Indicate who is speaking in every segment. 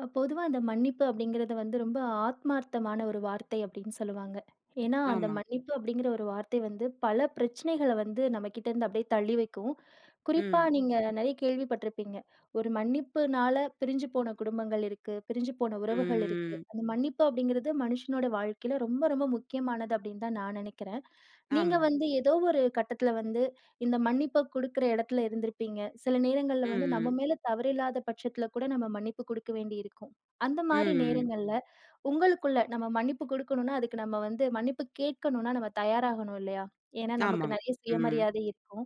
Speaker 1: பொதுவா அந்த மன்னிப்பு அப்படிங்கிறது வந்து ரொம்ப ஆத்மார்த்தமான ஒரு வார்த்தை அப்படின்னு சொல்லுவாங்க. ஏன்னா, அந்த
Speaker 2: ஆமாங்க.
Speaker 1: மன்னிப்பு அப்படிங்கிற ஒரு வார்த்தை வந்து பல பிரச்சனைகள வந்து நம்மகிட்ட இருந்து அப்படியே தள்ளி வைக்கும். குறிப்பா
Speaker 2: ம்.
Speaker 1: நீங்க நெறைய கேள்விப்பட்டிருப்பீங்க. ஒரு மன்னிப்புனால பிரிஞ்சு போன குடும்பங்கள் இருக்கு, பிரிஞ்சு போன உறவுகள் இருக்கு.
Speaker 2: ம். ம்.
Speaker 1: அந்த மன்னிப்பு அப்படிங்கிறது மனுஷனோட வாழ்க்கையில ரொம்ப ரொம்ப முக்கியமானது அப்படின்னு தான் நான் நெனைக்கிறேன். நீங்க
Speaker 2: ஆமா.
Speaker 1: வந்து ஏதோ ஒரு கட்டத்தில வந்து இந்த மன்னிப்ப குடுக்குற இடத்துல இருந்திருப்பீங்க. சில நேரங்கள்ல
Speaker 2: ம்.
Speaker 1: வந்து நம்ம
Speaker 2: ம்.
Speaker 1: மேல தவறில்லாத பட்சத்துல கூட நம்ம மன்னிப்பு குடுக்க வேண்டி இருக்கும். அந்த மாரி
Speaker 2: ம். ம்.
Speaker 1: நேரங்கள்ல உங்களுக்குள்ள நம்ம மன்னிப்பு குடுக்கணும்னா, அதுக்கு நம்ம வந்து மன்னிப்பு கேட்கணும்னா நம்ம தயாராகணும் இல்லையா? ஏன்னா நமக்கு
Speaker 2: ஆமாங்க.
Speaker 1: நெறைய
Speaker 2: ம்.
Speaker 1: சுயமரியாதை இருக்கும்.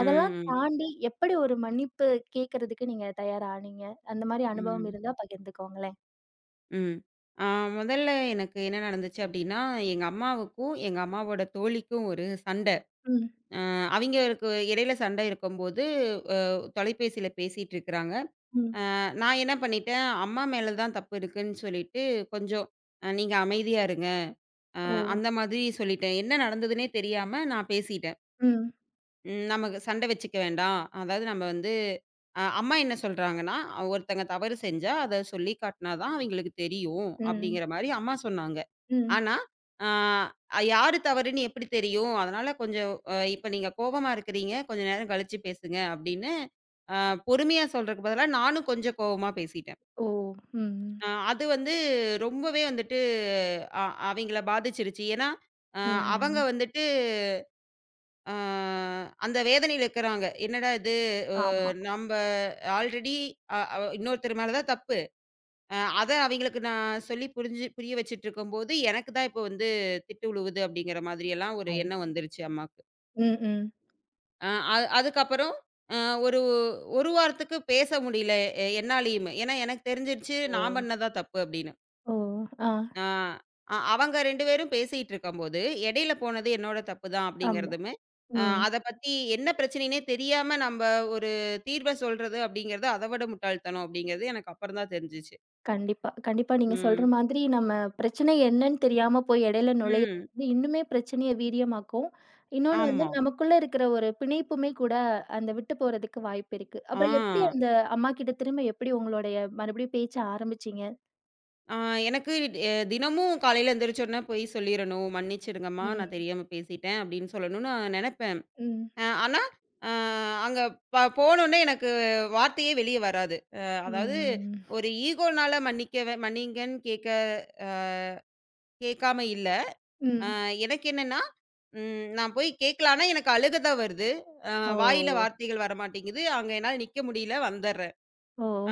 Speaker 1: அதெல்லாம் தாண்டி எப்படி ஒரு மன்னிப்பு கேட்கறதுக்கு நீங்க தயாரானீங்க? அந்த மாரி அனுபவம்
Speaker 2: ம்.
Speaker 1: இருந்தா பகிர்ந்துக்கோங்களேன்.
Speaker 2: ம். ஆ முதல்ல எனக்கு என்ன நடந்துச்சு அப்டின்னா, எங்க அம்மாவுக்கும், எங்க அம்மாவோட தோழிக்கும் ஒரு சண்ட.
Speaker 1: ம்.
Speaker 2: அ அவிங்களுக்கு இடையில சண்டை இருக்கும்போது, அ தொலைபேசியில பேசிட்டு இருக்குறாங்க.
Speaker 1: ம்.
Speaker 2: நான் என்ன பண்ணிட்டேன், அம்மா மேல தான் தப்பு இருக்குன்னு சொல்லிட்டு, கொஞ்சம் நீங்க அமைதியா இருங்க" அ
Speaker 1: ஓ!
Speaker 2: அந்த மாதிரி சொல்லிட்டேன். என்ன நடந்ததுன்னே தெரியாம நான் பேசிட்டேன்.
Speaker 1: ம்.
Speaker 2: ம். நமக்கு சண்டை வச்சுக்க வேண்டாம். அதாவது நம்ம வந்து அம்மா என்ன சொல்றாங்கன்னா, ஒருத்தங்க தவறு செஞ்சா அத சொல்லி காட்டினா தான் அவங்களுக்கு தெரியும்.
Speaker 1: ம்.
Speaker 2: அப்படிங்கிற மாரி அம்மா சொன்னாங்க.
Speaker 1: ம்.
Speaker 2: ஆனா, ஆ யாரு தவறுன்னு எப்படி தெரியும்? அதனால கொஞ்சம் இப்ப நீங்க கோவமா இருக்கிறீங்க. கொஞ்ச நேரம் கழிச்சு பேசுங்க அப்படின்னு அ பொறுமையா சொல்றதுக்கு பதிலா நானும் கொஞ்சம் கோவமா பேசிட்டேன்.
Speaker 1: ஓ! ம்.
Speaker 2: அது வந்து ரொம்பவே வந்துட்டு அ அவைங்கள பாதிச்சிருச்சு. ஏன்னா, அ
Speaker 1: ம்.
Speaker 2: அவங்க
Speaker 1: ம்.
Speaker 2: வந்துட்டு ஆ, அந்த வேதனையில இருக்கிறாங்க. என்னடா இது அ
Speaker 1: ஆமா.
Speaker 2: நம்ப ஆல்ரெடி அ அ இன்னொருத்தர் மேல தான் தப்பு. அ அத அவைங்களுக்கு நான் சொல்லி புரிய வச்சுட்டு இருக்கும்போது, எனக்கு தான் இப்போ வந்து திட்டு விழுவுது அப்படிங்கிற மாதிரியெல்லாம் ஒரு
Speaker 1: அல்
Speaker 2: எண்ணம் வந்துருச்சு அம்மாக்கு.
Speaker 1: ம். ம்.
Speaker 2: அ அதுக்கப்புறம் அ ஒரு ஒரு வாரத்துக்கு பேச முடியல என்னாலயுமே. ஏன்னா எனக்கு தெரிஞ்சிருச்சு
Speaker 1: ஓ!
Speaker 2: நான் பண்ணது தான் தப்பு அப்படின்னு.
Speaker 1: ஓ! ஆ,
Speaker 2: ஆ. அவங்க 2 பேரும் பேசிட்டு இருக்கும்போது, இடையில போனது என்னோட தப்பு தான்
Speaker 1: ஆமா.
Speaker 2: அப்படிங்கிறதுமே,
Speaker 1: ம்.
Speaker 2: அத பத்தி என்ன பிரச்சனைன்னே தெரியாம நம்ப ஒரு தீர்வ சொல்றது அப்படிங்கிறது, அத விட முட்டாள்தனம் அப்படிங்கிறது எனக்கு அப்புறம் தான் தெரிஞ்சுச்சு.
Speaker 1: கண்டிப்பா. கண்டிப்பா நீங்க சொல்ற
Speaker 2: ம்.
Speaker 1: மாதிரி நம்ம பிரச்சனை என்னன்னு தெரியாம போய் இடையில நுழையிறது
Speaker 2: ம்.
Speaker 1: வந்து இன்னுமே பிரச்சனைய வீரியமாக்கும். இன்னொன்னு வந்து
Speaker 2: ஆமா.
Speaker 1: நமக்குள்ள இருக்கிற ஒரு பிணைப்புமே கூட அந்த விட்டு போறதுக்கு வாய்ப்பு இருக்கு. அப்புறம் எப்படி
Speaker 2: ஆ.
Speaker 1: அந்த அம்மாகிட்ட திரும்ப எப்படி உங்களுடைய மறுபடியும் பேச்ச ஆரம்பிச்சீங்க?
Speaker 2: ஆ எனக்கு தினமும் காலையில எந்திரிச்ச உடனே போய் சொல்லிரணும். "மன்னிச்சிடுங்கம்மா, நான்
Speaker 1: ம்,
Speaker 2: தெரியாம பேசிட்டேன்" அப்படின்னு சொல்லணும்னு நான் நெனப்பேன்.
Speaker 1: ம்,
Speaker 2: ஆனா, அ அங்க போனோனே எனக்கு வார்த்தையே வெளிய வராது. அதாவது
Speaker 1: ம்,
Speaker 2: ஒரு ஈகோனால மன்னிங்கன்னு கேட்க அ கேட்காம இல்ல. அ
Speaker 1: ம்.
Speaker 2: எனக்கு என்னன்னா, நான் போய் கேட்கலான்னா எனக்கு அழுக தான் வருது. அ
Speaker 1: ஓ!
Speaker 2: வாயில வார்த்தைகள் வரமாட்டேங்குது. அங்க என்னால நிக்க முடியல வந்துர்றேன்.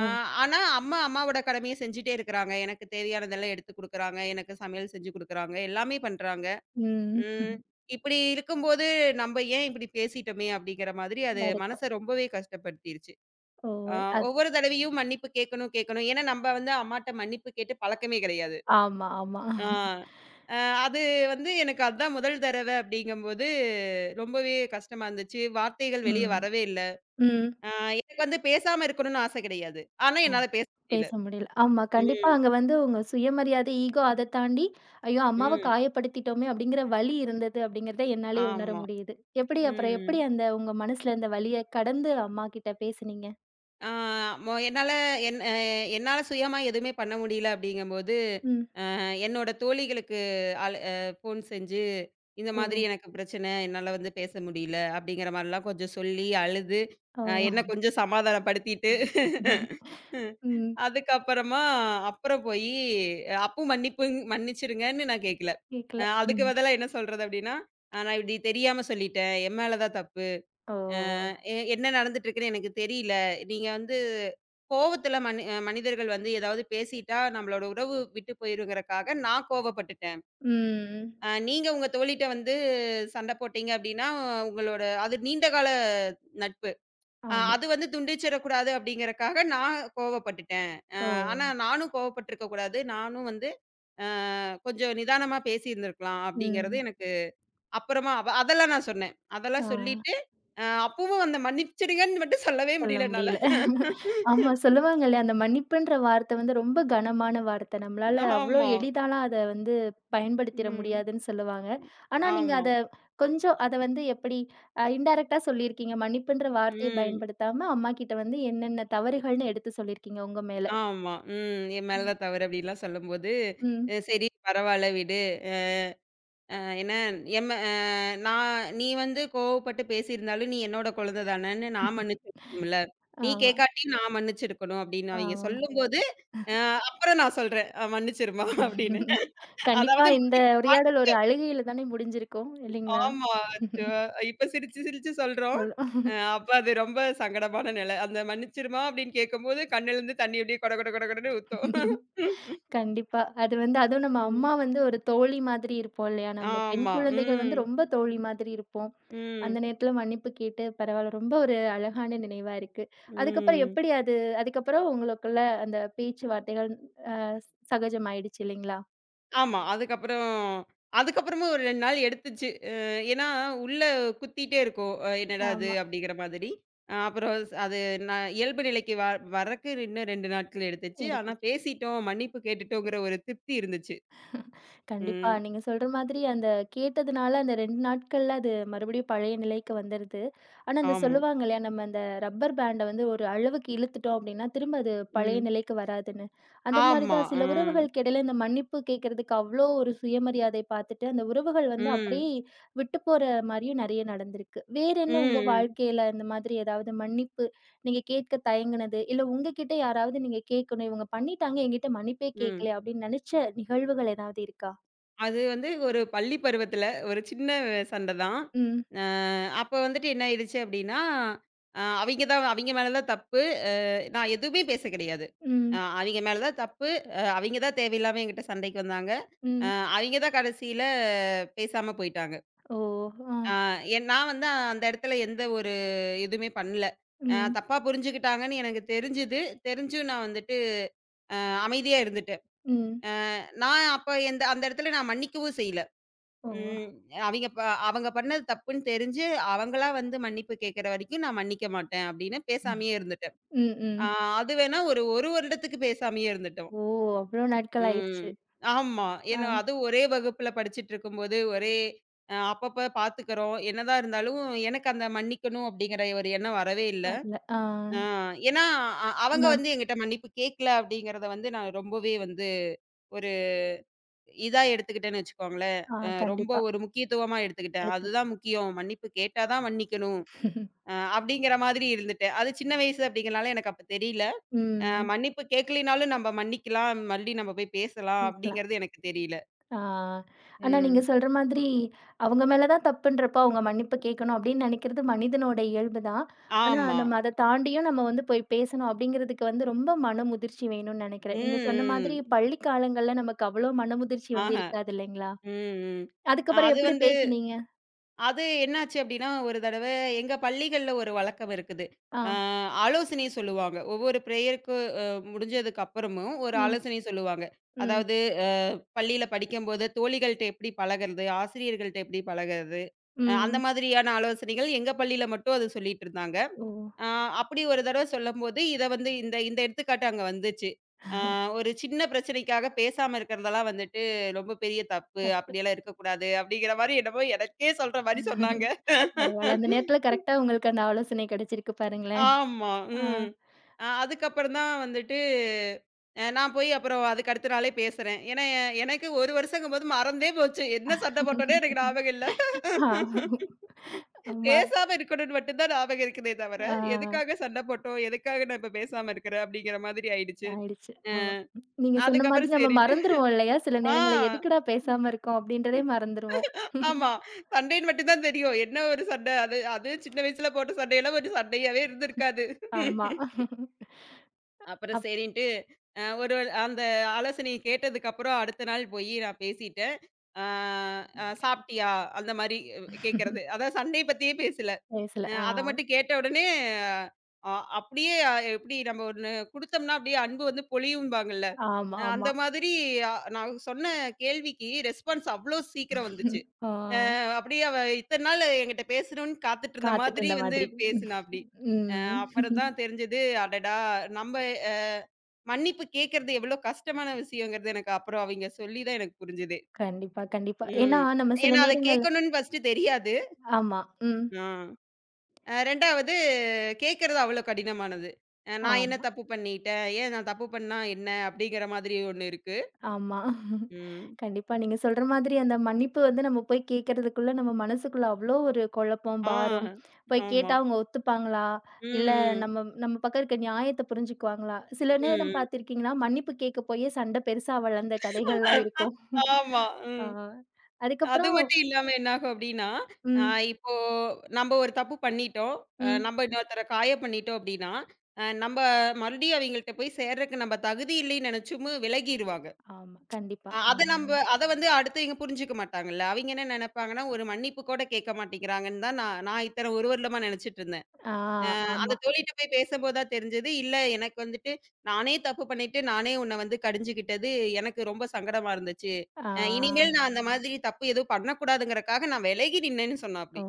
Speaker 2: அ ஆனா, அம்மாவோட கடமைய செஞ்சுட்டே இருக்கிறாங்க. எனக்கு தேவையானதெல்லாம் எடுத்து குடுக்குறாங்க. எனக்கு சமையல் செஞ்சு குடுக்குறாங்க. எல்லாமே பண்றாங்க.
Speaker 1: ம்.
Speaker 2: ம். இப்படி இருக்கும்போது, "நம்ப ஏன் இப்படி பேசிட்டோமே!" அப்படிங்கிற மாதிரி அது
Speaker 1: வருத்தம்.
Speaker 2: மனச ரொம்பவே கஷ்டப்படுத்திருச்சு.
Speaker 1: ஓ!
Speaker 2: ஆ
Speaker 1: அது
Speaker 2: ஒவ்வொரு தடவையும் மன்னிப்பு கேட்கணும், கேட்கணும். ஏன்னா, நம்ப வந்து அம்மாட்ட மன்னிப்பு கேட்டு பழக்கமே கிடையாது.
Speaker 1: ஆமா, ஆமா.
Speaker 2: ஆ. அ அது வந்து எனக்கு அதான் முதல் தடவ அப்படிங்கும்போது, ரொம்பவே கஷ்டமா இருந்துச்சு. வார்த்தைகள் வெளிய
Speaker 1: ம்,
Speaker 2: வரவே இல்ல.
Speaker 1: ம்.
Speaker 2: ஆ எனக்கு வந்து பேசாம இருக்கணும்னு ஆசை கிடையாது. ஆனா, என்னால பேச முடியல.
Speaker 1: பேச முடியல. ஆமா. கண்டிப்பா
Speaker 2: ம்.
Speaker 1: அங்க வந்து உங்க சுயமரியாதை, ஈகோ அத தாண்டி, "ஐயோ! அம்மாவ
Speaker 2: ம்.
Speaker 1: காயப்படுத்திட்டோமே!" அப்படிங்கிற வலி இருந்தது அப்படிங்கிறத என்னாலே உணர
Speaker 2: ஆமா.
Speaker 1: முடியுது. எப்படி அப்புறம்
Speaker 2: ம்.
Speaker 1: எப்படி அந்த உங்க மனசுல இருந்த வலிய கடந்து அம்மாகிட்ட பேசுனீங்க?
Speaker 2: ஆ மொ என்னால என் அ என்னால சுயமா எதுவுமே பண்ண முடியல அப்படிங்கும்போது
Speaker 1: ம்.
Speaker 2: என்னோட தோழிகளுக்கு அழ அ ஃபோன் செஞ்சு, இந்த
Speaker 1: ஓ!
Speaker 2: மாதிரி எனக்கு பிரச்சனை, என்னால வந்து பேச முடியல அப்படிங்கிற மாரிலாம் கொஞ்சம் சொல்லி, அழுது,
Speaker 1: ஓ!
Speaker 2: என்ன கொஞ்சம் சமாதானப்படுத்திட்டு,
Speaker 1: ம்.
Speaker 2: அதுக்கப்புறமா அப்புறம் போயி அப்பவும் மன்னிச்சுருங்கன்னு நான் கேட்கல.
Speaker 1: கேட்கல.
Speaker 2: அதுக்கு
Speaker 1: ம்.
Speaker 2: பதிலா என்ன சொல்றது அப்படின்னா, நான் இப்படி தெரியாம சொல்லிட்டேன். என் மேல தான் தப்பு.
Speaker 1: ஓ!
Speaker 2: என்ன நடந்துட்டு இருக்குன்னு எனக்கு தெரியல. நீங்க வந்து கோவத்துல மனிதர்கள் வந்து ஏதாவது பேசிட்டா நம்மளோட உறவு விட்டு போயிருங்கிறக்காக நான் கோவப்பட்டுட்டேன்.
Speaker 1: ம்.
Speaker 2: நீங்க உங்க தோழிட்ட வந்து சண்ட போட்டீங்க அப்டின்னா, உங்களோட அது நீண்ட கால நட்பு.
Speaker 1: ஆமா.
Speaker 2: அது வந்து துண்டிச்சிடக்கூடாது அப்டிங்கிறக்காக நான் கோவப்பட்டுட்டேன்.
Speaker 1: ஓ!
Speaker 2: ஆனா நானும் கோவப்பட்டுருக்க கூடாது. நானும் வந்து அ கொஞ்சம் நிதானமா பேசியிருந்திருக்கலாம் அப்டிங்கிறது
Speaker 1: ம்.
Speaker 2: எனக்கு அப்புறமா அதெல்லாம் நான் சொன்னேன்.
Speaker 1: ஆ.
Speaker 2: அதெல்லாம் சொல்லிட்டு அப்பவும் அந்த மன்னிச்சிடுங்கன்னு மட்டும் சொல்லவே
Speaker 1: சொல்ல
Speaker 2: முடியல என்னால.
Speaker 1: முடியல. ஆமா சொல்லுவாங்கல்ல, அந்த மன்னிப்புன்ற வார்த்தை வந்து ரொம்ப கனமான வார்த்தை. நம்மளால அவ்ளோ
Speaker 2: ஆமா.
Speaker 1: எளிதாலாம் அத வந்து பயன்படுத்திற
Speaker 2: ம்.
Speaker 1: முடியாதுன்னு சொல்லுவாங்க. ஆனா நீங்க
Speaker 2: ஆமா.
Speaker 1: அத கொஞ்சம் அத வந்து எப்படி இன்டைரக்ட்டா சொல்லியிருக்கீங்க. மன்னிப்புன்ற வார்த்தைய
Speaker 2: ம்.
Speaker 1: பயன்படுத்தாம அம்மா கிட்ட வந்து என்னென்ன தவறுகள்னு எடுத்து சொல்லியிருக்கீங்க உங்க மேல.
Speaker 2: ஆமா. ம். என் மேல தான் தவறு அப்படிலாம் சொல்லும்போது,
Speaker 1: ம்.
Speaker 2: சரி பரவால்ல விடு. அ அ ஏன்னா என் மே அ நீ வந்து கோவப்பட்டு பேசியிருந்தாலும், நீ என்னோட குழந்தை தானேன்னு நான் மன்னிச்சிருக்கணும்ல. நீ
Speaker 1: ஆமா,
Speaker 2: கேட்காட்டியும் நான் மன்னிச்சிருக்கணும் அப்படின்னு அவைங்க
Speaker 1: ஆமா.
Speaker 2: சொல்லும்போது, அ அப்புறம் நான் சொல்றேன். மன்னிச்சிருமா அப்படின்னு.
Speaker 1: கண்டிப்பா
Speaker 2: அதாவது
Speaker 1: இந்த
Speaker 2: மன்னிப்பு
Speaker 1: உரையாடல் ஒரு அழுகையில தானே முடிஞ்சிருக்கும் இல்லைங்களா?
Speaker 2: ஆமா. அச்சோ! இப்ப சிரிச்சு சிரிச்சு சொல்றோம்.
Speaker 1: சொல்லு.
Speaker 2: அப்ப அது ரொம்ப சங்கடமான நிலை. அந்த மன்னிச்சிருமா அப்படின்னு கேட்கும்போது கண்ணுலருந்து தண்ணி அப்படியே கொட கொட கொட கொடன்னு ஊத்தும்.
Speaker 1: கண்டிப்பா. அது வந்து அதுவும் நம்ம அம்மா
Speaker 2: ம்.
Speaker 1: வந்து ஒரு தோழி மாதிரி இருப்போம் இல்லையா? நம்ம பெண்
Speaker 2: ஆமா.
Speaker 1: குழந்தைகள் வந்து
Speaker 2: ம்.
Speaker 1: ரொம்ப தோழி மாதிரி இருப்போம். அந்த
Speaker 2: ம்.
Speaker 1: நேரத்துல மன்னிப்பு கேட்டு பரவால்ல. ரொம்ப ஒரு அழகான நினைவா இருக்கு. அதுக்கப்புறம்
Speaker 2: ம்.
Speaker 1: எப்படி அது அதுக்கப்புறம் உங்களுக்குள்ள அந்த பேச்சு வார்த்தைகள் அ சகஜமாயிடுச்சு இல்லைங்களா?
Speaker 2: ஆமா. அதுக்கப்புறமும் ஒரு 2 நாள் எடுத்துச்சு. ஏன்னா உள்ள குத்திட்டே இருக்கும். என்னடா இது
Speaker 1: ஆமா.
Speaker 2: அப்படிங்கிற மாதிரி. அப்புறம் அது நான் இயல்பு நிலைக்கு வரக்கு இன்னும் 2 நாட்கள் எடுத்துச்சு. ஆனா
Speaker 1: எடுத்துச்சு.
Speaker 2: பேசிட்டோம், மன்னிப்பு கேட்டுட்டோங்கிற ஒரு திருப்தி இருந்துச்சு.
Speaker 1: கண்டிப்பா.
Speaker 2: ம்.
Speaker 1: நீங்க சொல்ற மாதிரி அந்த கேட்டதுனால அந்த 2 நாட்கள்ல அது மறுபடியும் பழைய நிலைக்கு வந்துருது. ஆனா, அந்த
Speaker 2: ஆமா.
Speaker 1: சொல்லுவாங்க இல்லையா, நம்ம அந்த ரப்பர் பேண்ட வந்து ஒரு அளவுக்கு இழுத்துட்டோம் அப்டின்னா, திரும்ப அது பழைய
Speaker 2: ம்.
Speaker 1: நிலைக்கு வராதுன்னு. அந்த மாரி
Speaker 2: ஆமா.
Speaker 1: தான் சில
Speaker 2: ம்.
Speaker 1: உறவுகளுக்கு இடையில இந்த மன்னிப்பு கேட்கறதுக்கு அவ்ளோ ஒரு சுயமரியாதை பார்த்துட்டு, அந்த உறவுகள் வந்து அப்படியே
Speaker 2: ம்.
Speaker 1: விட்டு போற மாரியும் நெறைய நடந்திருக்கு. வேற என்ன உங்க
Speaker 2: ம்.
Speaker 1: வாழ்க்கையில இந்த மாதிரி ஏதாவது மன்னிப்பு நீங்க கேட்க தயங்குனது, இல்ல உங்ககிட்ட யாராவது நீங்க கேட்கணும், இவங்க பண்ணிட்டாங்க என்கிட்ட மன்னிப்பே
Speaker 2: ம்.
Speaker 1: கேட்கல அப்படின்னு நெனச்ச நிகழ்வுகள் ஏதாவது இருக்கா?
Speaker 2: அது வந்து ஒரு பள்ளி பருவத்தில ஒரு சின்ன சண்ட தான்.
Speaker 1: Ừm,
Speaker 2: அ அப்ப வந்துட்டு என்ன ஆயிடுச்சு அப்டின்னா, அவிங்க மேல தான் தப்பு. அ நான் எதுவுமே பேச கிடையாது.
Speaker 1: ừm,
Speaker 2: அவிங்க மேல தான் தப்பு. அவிங்க தான் தேவையில்லாம என்கிட்ட சண்டைக்கு வந்தாங்க. அ
Speaker 1: ừm.
Speaker 2: அவிங்க தான் கடைசியில பேசாம போயிட்டாங்க.
Speaker 1: ஓ! ஆ.
Speaker 2: அ நான் வந்து அந்த இடத்துல எந்த ஒரு எதுவுமே பண்ணல.
Speaker 1: ம்,
Speaker 2: தப்பா புரிஞ்சுக்கிட்டாங்கன்னு எனக்கு தெரிஞ்சது. தெரிஞ்சும் நான் வந்துட்டு அ அமைதியா இருந்துட்டேன்.
Speaker 1: ம்.
Speaker 2: நான் அப்ப அந்த இடத்துல நான் மன்னிக்கவும் செய்யல.
Speaker 1: ஓ!
Speaker 2: ம் அவிங்க ப அவங்க பண்ணது தப்புன்னு தெரிஞ்சு, அவங்களா வந்து மன்னிப்பு கேட்கிற வரைக்கும் நான் மன்னிக்க மாட்டேன் அப்படின்னு பேசாமயே இருந்துட்டேன்.
Speaker 1: ம்,
Speaker 2: ஆ
Speaker 1: ம்.
Speaker 2: அது வேணா ஒரு 1 வருடத்துக்கு பேசாமயே இருந்துட்டோம்.
Speaker 1: ஓ! அவ்ளோ நாட்கள்
Speaker 2: ம்.
Speaker 1: ஆயிருச்சு.
Speaker 2: ஆமா.
Speaker 1: ஆ
Speaker 2: ஏன்னா அதுவும் ஒரே வகுப்புல படிச்சுட்டுருக்கும்போது, ஒரே அப்பப்ப பார்த்துக்கிறோம். என்னதான் இருந்தாலும் எனக்கு அந்த மன்னிக்கணும் அப்படிங்கிற ஒரு எண்ணம் வரவே இல்ல.
Speaker 1: வரல. ஆ
Speaker 2: ஆ ஏன்னா, அவங்க
Speaker 1: நம்
Speaker 2: வந்து என்கிட்ட மன்னிப்பு கேட்கல அப்படிங்கிறத வந்து நான் ரொம்பவே வந்து ஒரு இதா எடுத்துக்கிட்டேன்னு வச்சுக்கோங்களேன்.
Speaker 1: ஆ
Speaker 2: ரொம்ப
Speaker 1: கண்டிப்பா.
Speaker 2: ஒரு முக்கியத்துவமா எடுத்துக்கிட்டேன்.
Speaker 1: எடுத்துருக்கு.
Speaker 2: அதுதான் முக்கியம். மன்னிப்பு கேட்டா தான் மன்னிக்கணும்.
Speaker 1: ம்.
Speaker 2: அப்படிங்கிற மாதிரி இருந்துட்டேன். அது சின்ன வயசு அப்படிங்கிறனால எனக்கு அப்ப தெரியல. மன்னிப்பு கேட்கலினாலும் நம்ம மன்னிக்கலாம். மறுபடியும் நம்ம போய் பேசலாம்
Speaker 1: இருக்கலாம்.
Speaker 2: அப்படிங்கிறது எனக்கு தெரியல.
Speaker 1: ஆ ஆனா நீங்க
Speaker 2: ம்.
Speaker 1: சொல்ற மாதிரி, அவங்க மேல தான் தப்புன்றப்போ அவங்க மன்னிப்பு கேட்கணும் அப்படின்னு நெனைக்கிறது மனிதனோட இயல்பு தான். ஆனா
Speaker 2: ஆமா.
Speaker 1: நம்ம அத தாண்டியும் நம்ம வந்து போய் பேசணும் அப்படிங்கிறதுக்கு வந்து ரொம்ப மனமுதிர்ச்சி வேணும்னு நெனைக்கிறேன். நீங்க சொன்ன மாதிரி
Speaker 2: ம், ம்.
Speaker 1: பள்ளி காலங்கள்ல நமக்கு அவ்வளோ மனமுதிர்ச்சி வந்து
Speaker 2: ஆஹ.
Speaker 1: இருக்காது இல்லைங்களா?
Speaker 2: ம், ம்.
Speaker 1: அதுக்கப்புறம்
Speaker 2: அது
Speaker 1: எப்படி
Speaker 2: வந்து
Speaker 1: பேசுனீங்க?
Speaker 2: அது என்னாச்சு அப்டின்னா, ஒரு தடவ எங்க பள்ளிகள்ல ஒரு வழக்கம் இருக்குது.
Speaker 1: ஆ.
Speaker 2: அ ஆலோசனை சொல்லுவாங்க. ஒவ்வொரு பிரேயருக்கு அ முடிஞ்சதுக்கு அப்புறமும் ஒரு
Speaker 1: ம்.
Speaker 2: ஆலோசனை சொல்லுவாங்க.
Speaker 1: ம்.
Speaker 2: அதாவது அ பள்ளியில படிக்கும்போது தோழிகள்ட்ட எப்படி பழகுறது? ஆசிரியர்கள்ட்ட எப்படி பழகுறது? அந்த
Speaker 1: ம்.
Speaker 2: மாதிரியான ஆலோசனைகள் எங்க பள்ளியில மட்டும் அது சொல்லிட்டு இருந்தாங்க.
Speaker 1: ஓ!
Speaker 2: ஆ அப்படி ஒரு தடவ சொல்லும்போது, இத வந்து இந்த இந்த எடுத்துக்காட்டு அங்க வந்துச்சு. ஆ ஒரு சின்ன பிரச்சனைக்காக பேசாம இருக்கிறதெல்லாம் வந்துட்டு ரொம்ப பெரிய தப்பு.
Speaker 1: தப்
Speaker 2: அப்படியெல்லாம் இருக்கக்கூடாது. அப்படிங்கிற மாரி என்னமோ எனக்கே சொல்ற மாரி சொன்னாங்க.
Speaker 1: பரவால்ல. அந்த நேரத்துல கரெக்ட்டா உங்களுக்கு அந்த ஆலோசனை கிடைச்சிருக்கு பாருங்களேன்.
Speaker 2: ஆமா.
Speaker 1: ஆ.
Speaker 2: ம். அதுக்கப்புறம் தான் வந்துட்டு நான் போய் அப்புறம் அதுக்கு அடுத்த நாளே பேசுறேன். ஏன்னா, எனக்கு 1 வருஷங்கும்போது மறந்தே போச்சு. என்ன சண்டை போட்டோன்னே எனக்கு ஞாபகம் இல்ல.
Speaker 1: ஆ. ஆமா.
Speaker 2: பேசாம இருக்கணும்னு மட்டும் தான் ஞாபகம் இருக்குதே தவிர,
Speaker 1: ஆ.
Speaker 2: எதுக்காக சண்ட போட்டோம்? எதுக்காக நான் இப்ப பேசாம இருக்கிறேன்? அப்படிங்கிற மாதிரி ஆயிடுச்சு.
Speaker 1: ஆயிடுச்சு.
Speaker 2: அ
Speaker 1: ஆமா. நீங்க சொன்ன மாதிரி
Speaker 2: அதுக்கப்புறம்
Speaker 1: நம்ம
Speaker 2: சரின்ட்டு
Speaker 1: மறந்துருவோம் இல்லையா? சில நேரங்கள்ல
Speaker 2: ஆ
Speaker 1: எதுக்குடா பேசாம இருக்கோம் அப்படின்றதே மறந்துருவோம்.
Speaker 2: ஆமா. சண்டைன்னு மட்டும் தான் தெரியும். என்ன ஒரு சண்டை? அது அது சின்ன வயசுல போட்ட சண்டையெல்லாம் ஒரு சண்டையாவே இருந்திருக்காது.
Speaker 1: ஆமா.
Speaker 2: அப்புறம்
Speaker 1: அப்
Speaker 2: சரின்ட்டு ஒரு அந்த ஆலோசனைய கேட்டதுக்கப்புறம் அடுத்த நாள் போயி நான் பேசிட்டேன். ஆ அ "சாப்பிட்டியா?" அந்த மாரி கேட்கிறது. அதாவது சண்டைய பத்தியே பேசல.
Speaker 1: பேசல. ஆ.
Speaker 2: அத மட்டும் கேட்ட உடனே, அ அப்படியே எப்படி நம்ம ஒண்ணு குடுத்தோம்னா அப்படியே அன்பு வந்து பொழியும்பாங்கல்ல.
Speaker 1: ஆமா, ஆமா.
Speaker 2: அந்த மாதிரி அ நான் சொன்ன கேள்விக்கு ரெஸ்பான்ஸ் அவ்ளோ சீக்கிரம் வந்துச்சு.
Speaker 1: ஆ.
Speaker 2: அ அப்படியே அவ இத்தன நாள் என்கிட்ட பேசணும்னு காத்துட்டு இருந்த
Speaker 1: காத்துட்டு
Speaker 2: மாதிரி
Speaker 1: இருந்த
Speaker 2: வந்து
Speaker 1: மாதிரி.
Speaker 2: பேசினாப்படி. அ அப்புறம்
Speaker 1: ம்.
Speaker 2: தான் தெரிஞ்சது, அடடா! நம்ம அ மன்னிப்பு கேட்கறது எவ்வளோ கஷ்டமான விஷயங்கிறது எனக்கு அப்புறம் அவிங்க சொல்லி தான் எனக்கு புரிஞ்சது.
Speaker 1: கண்டிப்பா, கண்டிப்பா. ஏன்னா,
Speaker 2: ம்.
Speaker 1: நம்ம சில
Speaker 2: ஏன்னா அத
Speaker 1: நேரங்கள்ல
Speaker 2: கேட்கணும்னு ஃபர்ஸ்ட்டு தெரியாது.
Speaker 1: ஆமா. ம்.
Speaker 2: ஆ. 2வது கேட்கறது அவ்வளோ கடினமானது. நான் என்ன
Speaker 1: ஆமா,
Speaker 2: தப்பு பண்ணிட்டேன்? ஏன் நான் தப்பு பண்ணா என்ன? அப்படிங்கிற மாதிரி ஒண்ணு இருக்கு.
Speaker 1: ஆமா.
Speaker 2: ம்.
Speaker 1: கண்டிப்பா. நீங்க சொல்ற மாதிரி அந்த மன்னிப்பு வந்து நம்ம போய் கேட்கறதுக்குள்ள நம்ம மனசுக்குள்ள அவ்ளோ ஒரு குழப்பம்,
Speaker 2: ஆ.
Speaker 1: பாரம். போய் கேட்டா
Speaker 2: ஆமா.
Speaker 1: அவங்க ஒத்துப்பாங்களா? இல்ல
Speaker 2: ம், ம்,
Speaker 1: நம்ம நம்ம பக்கம் இருக்க நியாயத்த புரிஞ்சுக்குவாங்களா? சில நேரம்
Speaker 2: ம்.
Speaker 1: பார்த்திருக்கீங்கன்னா, மன்னிப்பு கேட்க போயே சண்டை பெருசா வளர்ந்த கதைகள்லாம் இருக்கும்.
Speaker 2: ஆமா.
Speaker 1: ஆ
Speaker 2: ம். அது
Speaker 1: அதுக்கப்புறம்
Speaker 2: மட்டும் இல்லாம என்னாகும் அப்படின்னா, அ
Speaker 1: ம்,
Speaker 2: இப்போ நம்ப ஒரு தப்பு பண்ணிட்டோம்.
Speaker 1: ம்.
Speaker 2: நம்ப இன்னொருத்தர காய பண்ணிட்டோம் அப்படின்னா, நம்ப மறுபடியும் அவிங்கள்ட்ட போய் சேர்றக்கு நம்ப தகுதி இல்லைன்னு நெனச்சும் விலகிருவாங்க.
Speaker 1: ஆமா. கண்டிப்பா.
Speaker 2: அத நம்ப
Speaker 1: ம்.
Speaker 2: அத வந்து அடுத்தவங்க புரிஞ்சுக்க மாட்டாங்கல்ல. அவைங்க என்ன நெனைப்பாங்கன்னா, ஒரு மன்னிப்பு கூட கேட்க மாட்டேங்கிறாங்கன்னு தான் நான் நான் இத்தன ஒரு வருடமா நெனைச்சிட்டுருந்தேன்.
Speaker 1: ஆ
Speaker 2: அ
Speaker 1: ஆமா.
Speaker 2: அந்த தோழிட்ட போய் பேசம்போது தான் தெரிஞ்சது, இல்ல எனக்கு வந்துட்டு நானே தப்பு பண்ணிட்டு, நானே உன்ன வந்து கடிஞ்சுக்கிட்டது எனக்கு ரொம்ப சங்கடமா இருந்துச்சு.
Speaker 1: ஆ.
Speaker 2: இனிமேல் நான் அந்த மாதிரி தப்பு எதுவும் பண்ணக்கூடாதுங்கிறக்காக நான் விலகி நின்னேன்னு
Speaker 1: ஓ!
Speaker 2: சொன்னாப்படி.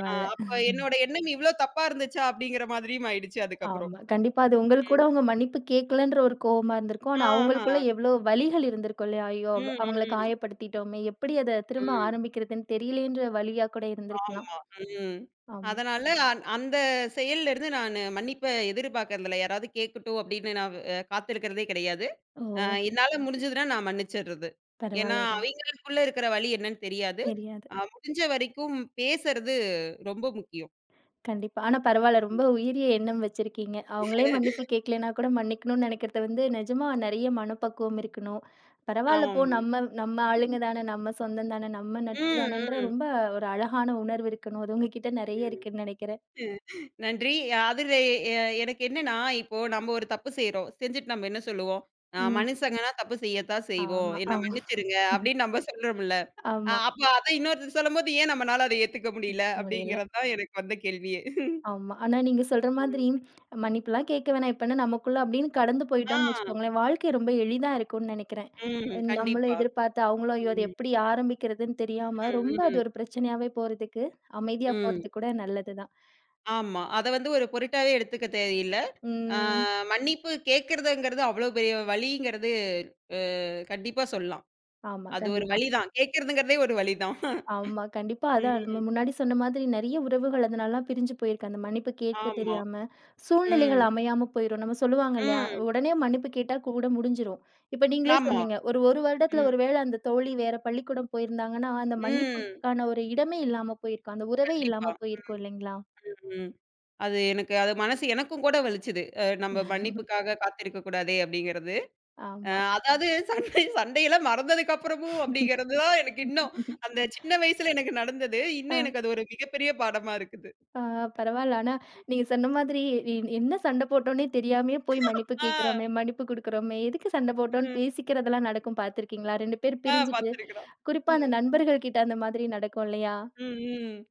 Speaker 2: ஆ அப்ப என்னோட எண்ணம் இவ்ளோ தப்பா இருந்துச்சா? அப்படிங்கிற மாதிரியும் ஆயிடுச்சு அதுக்கப்புறம்.
Speaker 1: ஆமா. கண்டிப்பா அது உங்களுக்கு கூட
Speaker 2: ம்.
Speaker 1: அவங்க மன்னிப்பு கேட்கலன்ற ஒரு கோவமா இருந்திருக்கும். ஆனா
Speaker 2: ஆஹா.
Speaker 1: அவங்களுக்குள்ள எவ்ளோ வலிகள் இருந்திருக்கும் இல்லையா? ஐயோ! அவ-
Speaker 2: ம்,
Speaker 1: அவங்கள
Speaker 2: ம்,
Speaker 1: காயப்படுத்திட்டோமே! எப்படி அத திரும்ப
Speaker 2: ம்.
Speaker 1: ஆரம்பிக்கிறதுன்னு தெரியலேன்ற வலியா கூட இருந்திருக்கலாம்.
Speaker 2: ஆமா. ம்.
Speaker 1: ஆமா.
Speaker 2: அதனால அந்த செயல்லருந்து நானு மன்னிப்ப எதிர்பார்க்கறதில்ல. யாராவது கேட்கட்டும் அப்படின்னு நான் காத்திருக்கிறதே கிடையாது.
Speaker 1: ஓ!
Speaker 2: அ என்னால முடிஞ்சதுன்னா நான் மன்னிச்சர்றது. ஏன்னா,
Speaker 1: பரவால்ல.
Speaker 2: அவைங்களுக்குள்ள இருக்கிற வலி என்னன்னு தெரியாது.
Speaker 1: தெரியாது.
Speaker 2: முடிஞ்ச வரைக்கும் பேசறது ரொம்ப முக்கியம்.
Speaker 1: கண்டிப்பா. ஆனா பரவால்ல. ரொம்ப உயரிய எண்ணம் வச்சிருக்கீங்க. அவங்களே மன்னிப்பு கேட்கலன்னா கூட மன்னிக்கணும்னு நினைக்கிறது வந்து நிஜமா நெறைய மனப்பக்குவம் இருக்கணும். பரவால்ல போ
Speaker 2: ஆம்.
Speaker 1: நம்ம நம்ம ஆளுங்க தான, நம்ம சொந்தம் தான, நம்ம நட்பு
Speaker 2: ம்,
Speaker 1: தானன்ற
Speaker 2: ம்,
Speaker 1: ரொம்ப ஒரு அழகான உணர்வு இருக்கணும். அது உங்ககிட்ட நெறைய
Speaker 2: ம்.
Speaker 1: இருக்குன்னு நினைக்கிறேன்.
Speaker 2: நன்றி. அதுல எ எனக்கு என்னன்னா, இப்போ நம்ம ஒரு தப்பு செய்றோம். செஞ்சுட்டு நம்ம என்ன சொல்லுவோம்?
Speaker 1: ம்.
Speaker 2: மனுசங்கன்னா தப்பு செய்யத்தான் செய்வோம்.
Speaker 1: ஆமா,
Speaker 2: என்ன
Speaker 1: ஆமா.
Speaker 2: மன்னிச்சிருங்க அப்படின்னு நம்ம சொல்றோம்ல.
Speaker 1: ஆமா.
Speaker 2: அப்ப அத இன்னொருத்தர் சொல்லும்போது, ஏன் நம்மனால அத ஏத்துக்க முடியல?
Speaker 1: ஏத்துக்க முடியல.
Speaker 2: அப்படிங்கிறது தான் எனக்கு வந்த கேள்வியே.
Speaker 1: ஆமா. ஆனா நீங்க சொல்ற மாதிரி மன்னிப்புலாம் கேட்க வேணாம். இப்ப என்ன நமக்குள்ள அப்படின்னு கடந்து
Speaker 2: ஆ,
Speaker 1: போயிட்டோம்னு வச்சுக்கோங்களேன், வாழ்க்கை ரொம்ப எளிதா இருக்கும்னு நெனைக்கிறேன்.
Speaker 2: ம்.
Speaker 1: நம்மளும்
Speaker 2: கண்டிப்பா.
Speaker 1: எதிர்பார்த்து அவங்களும் ஐயோ! அது
Speaker 2: ம்.
Speaker 1: எப்படி ஆரம்பிக்கிறதுன்னு தெரியாம
Speaker 2: ம்,
Speaker 1: ரொம்ப அது
Speaker 2: ம்,
Speaker 1: ஒரு பிரச்சனையாவே போறதுக்கு, அமைதியா
Speaker 2: ம்.
Speaker 1: போறது கூட நல்லதுதான்.
Speaker 2: ஆமா. அத வந்து ஒரு பொருட்டாவே எடுத்துக்க தேவையில்ல. ஆ
Speaker 1: ம்.
Speaker 2: மன்னிப்பு கேட்கிறதுங்கிறது அவ்வளோ பெரிய வலிங்கிறது அ கண்டிப்பா சொல்லலாம்.
Speaker 1: ஆமா,
Speaker 2: அது ஒரு
Speaker 1: கண்டிப்பா.
Speaker 2: வலி தான். கேட்கிறதுங்கிறதே ஒரு வலி தான்.
Speaker 1: ஆமா. கண்டிப்பா. அதான் நம்ம
Speaker 2: ம்.
Speaker 1: முன்னாடி சொன்ன மாதிரி நெறைய உறவுகள் அதனாலலாம் பிரிஞ்சு போயிருக்கு. அந்த மன்னிப்பு கேட்க
Speaker 2: ஆமா.
Speaker 1: தெரியாம,
Speaker 2: ம்.
Speaker 1: சூழ்நிலைகள் அமையாம போயிரும். நம்ம சொல்லுவாங்க இல்லையா?
Speaker 2: ம்.
Speaker 1: உடனே மன்னிப்பு கேட்டா கூட முடிஞ்சிரும். இப்ப நீங்களே
Speaker 2: ஆமா.
Speaker 1: சொன்னீங்க. ஒரு 1 வருடத்துல
Speaker 2: ம்.
Speaker 1: ஒரு வேள அந்த தோழி வேற பள்ளிக்கூடம் போயிருந்தாங்கன்னா, அந்த
Speaker 2: ம்.
Speaker 1: மன்னிப்புக்கான ஒரு இடமே இல்லாம போயிருக்கும். அந்த உறவே
Speaker 2: கண்டிப்பா.
Speaker 1: இல்லாம போயிருக்கும் இல்லைங்களா?
Speaker 2: ம். அது எனக்கு அது மனசு எனக்கும் கூட வலிச்சது. நம்ம மன்னிப்புக்காக காத்திருக்க கூடாதே அப்படிங்கிறது. அ
Speaker 1: ஆமா.
Speaker 2: அதாவது சண்டை சண்டையெல்லாம் மறந்ததுக்கு அப்புறமும் அப்படிங்கிறது தான் எனக்கு இன்னும் அந்த சின்ன வயசுல எனக்கு நடந்தது. இன்னும் எனக்கு அது ஒரு மிகப்பெரிய பாடமா இருக்குது.
Speaker 1: ஆ பரவால்ல. ஆனா, நீங்க சொன்ன மாதிரி என்ன சண்டை போட்டோன்னே தெரியாமயே போய் மன்னிப்பு
Speaker 2: ஆ,
Speaker 1: கேட்கிறோமே, மன்னிப்பு குடுக்குறோமே, எதுக்கு சண்டை போட்டோம்ன்னு
Speaker 2: ம்.
Speaker 1: பேசிக்கிறதெல்லாம் நடக்கும் பார்த்துருக்கீங்களா? 2 பேர் பிரிஞ்சுட்டு,
Speaker 2: பார்த்துருக்குறோம்.
Speaker 1: குறிப்பா அந்த
Speaker 2: ம்.
Speaker 1: நண்பர்கள் கிட்ட அந்த மாதிரி நடக்கும் இல்லையா?
Speaker 2: ம், ம்.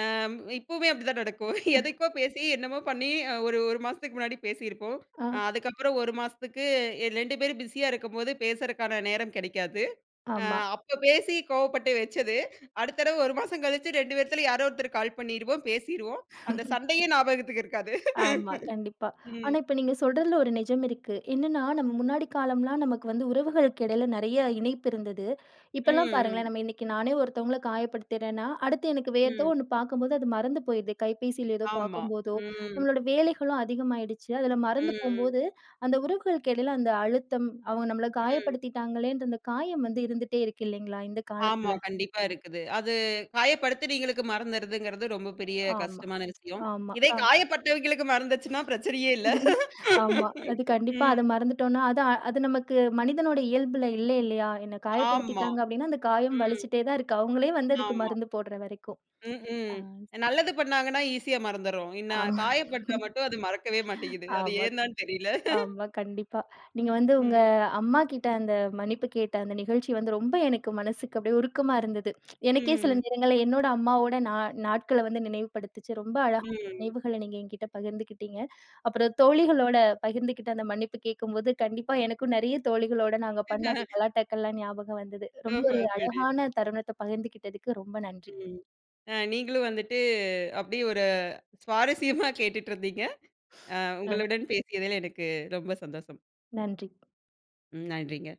Speaker 2: இப்பவுமே அப்படிதான் நடக்கும். எதுக்கோ பேசி என்னமோ பண்ணி ஒரு 1 மாசத்துக்கு முன்னாடி பேசியிருப்போம்.
Speaker 1: ஆ,
Speaker 2: அதுக்கப்புறம் 1 மாசத்துக்கு 2 பேரும் பிஸியா இருக்கும்போது பேசுறதுக்கான நேரம் கிடைக்காது. அ
Speaker 1: ஆமா.
Speaker 2: அப்ப பேசி கோவப்பட்டு வச்சது. அடுத்த தடவ 1 மாசம் கழிச்சு 2 பேத்துல யாரோ ஒருத்தர் கால் பண்ணிருவோம், பேசிருவோம். அந்த சண்டையே ஞாபகத்துக்கு இருக்காது.
Speaker 1: ஆமா, கண்டிப்பா. ஆனா,
Speaker 2: ம்.
Speaker 1: இப்ப நீங்க சொல்றதுல ஒரு நிஜம் இருக்கு. என்னன்னா, நம்ம முன்னாடி காலம்லாம் நமக்கு வந்து உறவுகளுக்கு இடையில நெறைய இணைப்பு இருந்தது. இப்பலாம் பாருங்களேன்,
Speaker 2: ம்.
Speaker 1: நம்ம இன்னைக்கு நானே ஒருத்தவங்கள காயப்படுத்துறேன்னா, அடுத்து எனக்கு வேற ஏதோ
Speaker 2: ம்.
Speaker 1: ஒண்ணு பார்க்கும்போது அது மறந்து போயிடுது. கைபேசியில ஏதோ
Speaker 2: ஆமா.
Speaker 1: பார்க்கும்போதோ,
Speaker 2: ம்.
Speaker 1: நம்மளோட வேலைகளும் அதிகமாயிடுச்சு. அதுல மறந்து
Speaker 2: ம்.
Speaker 1: போம்போது, அந்த உறவுகளுக்கு இடையில அந்த அழுத்தம், அவங்க நம்மள
Speaker 2: ம்.
Speaker 1: காயப்படுத்திட்டாங்களேன்ற அந்த காயம் வந்து இருந்துட்டே இருக்கு இல்லைங்களா? இந்த
Speaker 2: ஆமா.
Speaker 1: காலத்துல.
Speaker 2: கண்டிப்பா இருக்குது. அது காயப்படுத்துனீங்களுக்கு மறந்துருதுங்கிறது ரொம்ப பெரிய
Speaker 1: ஆமா,
Speaker 2: கஷ்டமான விஷயம்.
Speaker 1: ஆமா.
Speaker 2: இதே காயப்பட்டவங்களுக்கு மறந்துச்சுன்னா பிரச்சனையே இல்ல.
Speaker 1: ஆமா. அது கண்டிப்பா அத
Speaker 2: ம்.
Speaker 1: மறந்துட்டோம்னா, அது அ- அது நமக்கு மனிதனோட இயல்புல இல்ல இல்லையா? என்ன
Speaker 2: ஆமா.
Speaker 1: காயப்படுத்திட்டாங்க அப்டின்னா, அந்த காயம்
Speaker 2: ம்.
Speaker 1: வலிச்சுட்டே தான் இருக்கு. அவங்களே வந்து அதுக்கு
Speaker 2: ஆமா.
Speaker 1: மருந்து போடுற வரைக்கும்.
Speaker 2: ம்.
Speaker 1: ஆ.
Speaker 2: ம். நல்லது பண்ணாங்கன்னா ஈஸியா மறந்துர்றோம். இன்ன
Speaker 1: ஆமா,
Speaker 2: காயப்பட்டா மட்டும் அது மறக்கவே மாட்டேங்குது. அது
Speaker 1: ஆமா.
Speaker 2: ஏன் தான் தெரியல.
Speaker 1: ஆமா, கண்டிப்பா. நீங்க வந்து உங்க
Speaker 2: ம்.
Speaker 1: அம்மாகிட்ட அந்த மன்னிப்பு கேட்ட அந்த நிகழ்ச்சி வந்து ரொம்ப எனக்கு மனசுக்கு அப்படியே உருக்கமா இருந்தது. எனக்கே சில
Speaker 2: ம்.
Speaker 1: நேரங்கள்ல என்னோட அம்மாவோட நாட்கள வந்து நினைவுபடுத்துச்சு. ரொம்ப அழகா
Speaker 2: ம்.
Speaker 1: நினைவுகள நீங்க என்கிட்ட பகிர்ந்துக்கிட்டீங்க. அப்புறம் தோழிகளோட பகிர்ந்துக்கிட்ட அந்த மன்னிப்பு கேட்கும்போது, கண்டிப்பா எனக்கும் நெறைய தோழிகளோட நாங்க பண்ண அந்த கலாட்டாக்கள்லாம் ஞாபகம் வந்தது. ரொம்ப
Speaker 2: ஓஹோ!
Speaker 1: ஒரு
Speaker 2: சரி.
Speaker 1: அழகான தருணத்த பகிர்ந்துக்கிட்டதுக்கு ரொம்ப நன்றி.
Speaker 2: ம். நீங்களும் வந்துட்டு அப்படியே ஒரு சுவாரஸ்யமா கேட்டுட்டு இருந்தீங்க. அ
Speaker 1: ம்.
Speaker 2: உங்களுடன் பேசியதில் எனக்கு ரொம்ப சந்தோஷம்.
Speaker 1: நன்றி.
Speaker 2: ம். நன்றிங்க.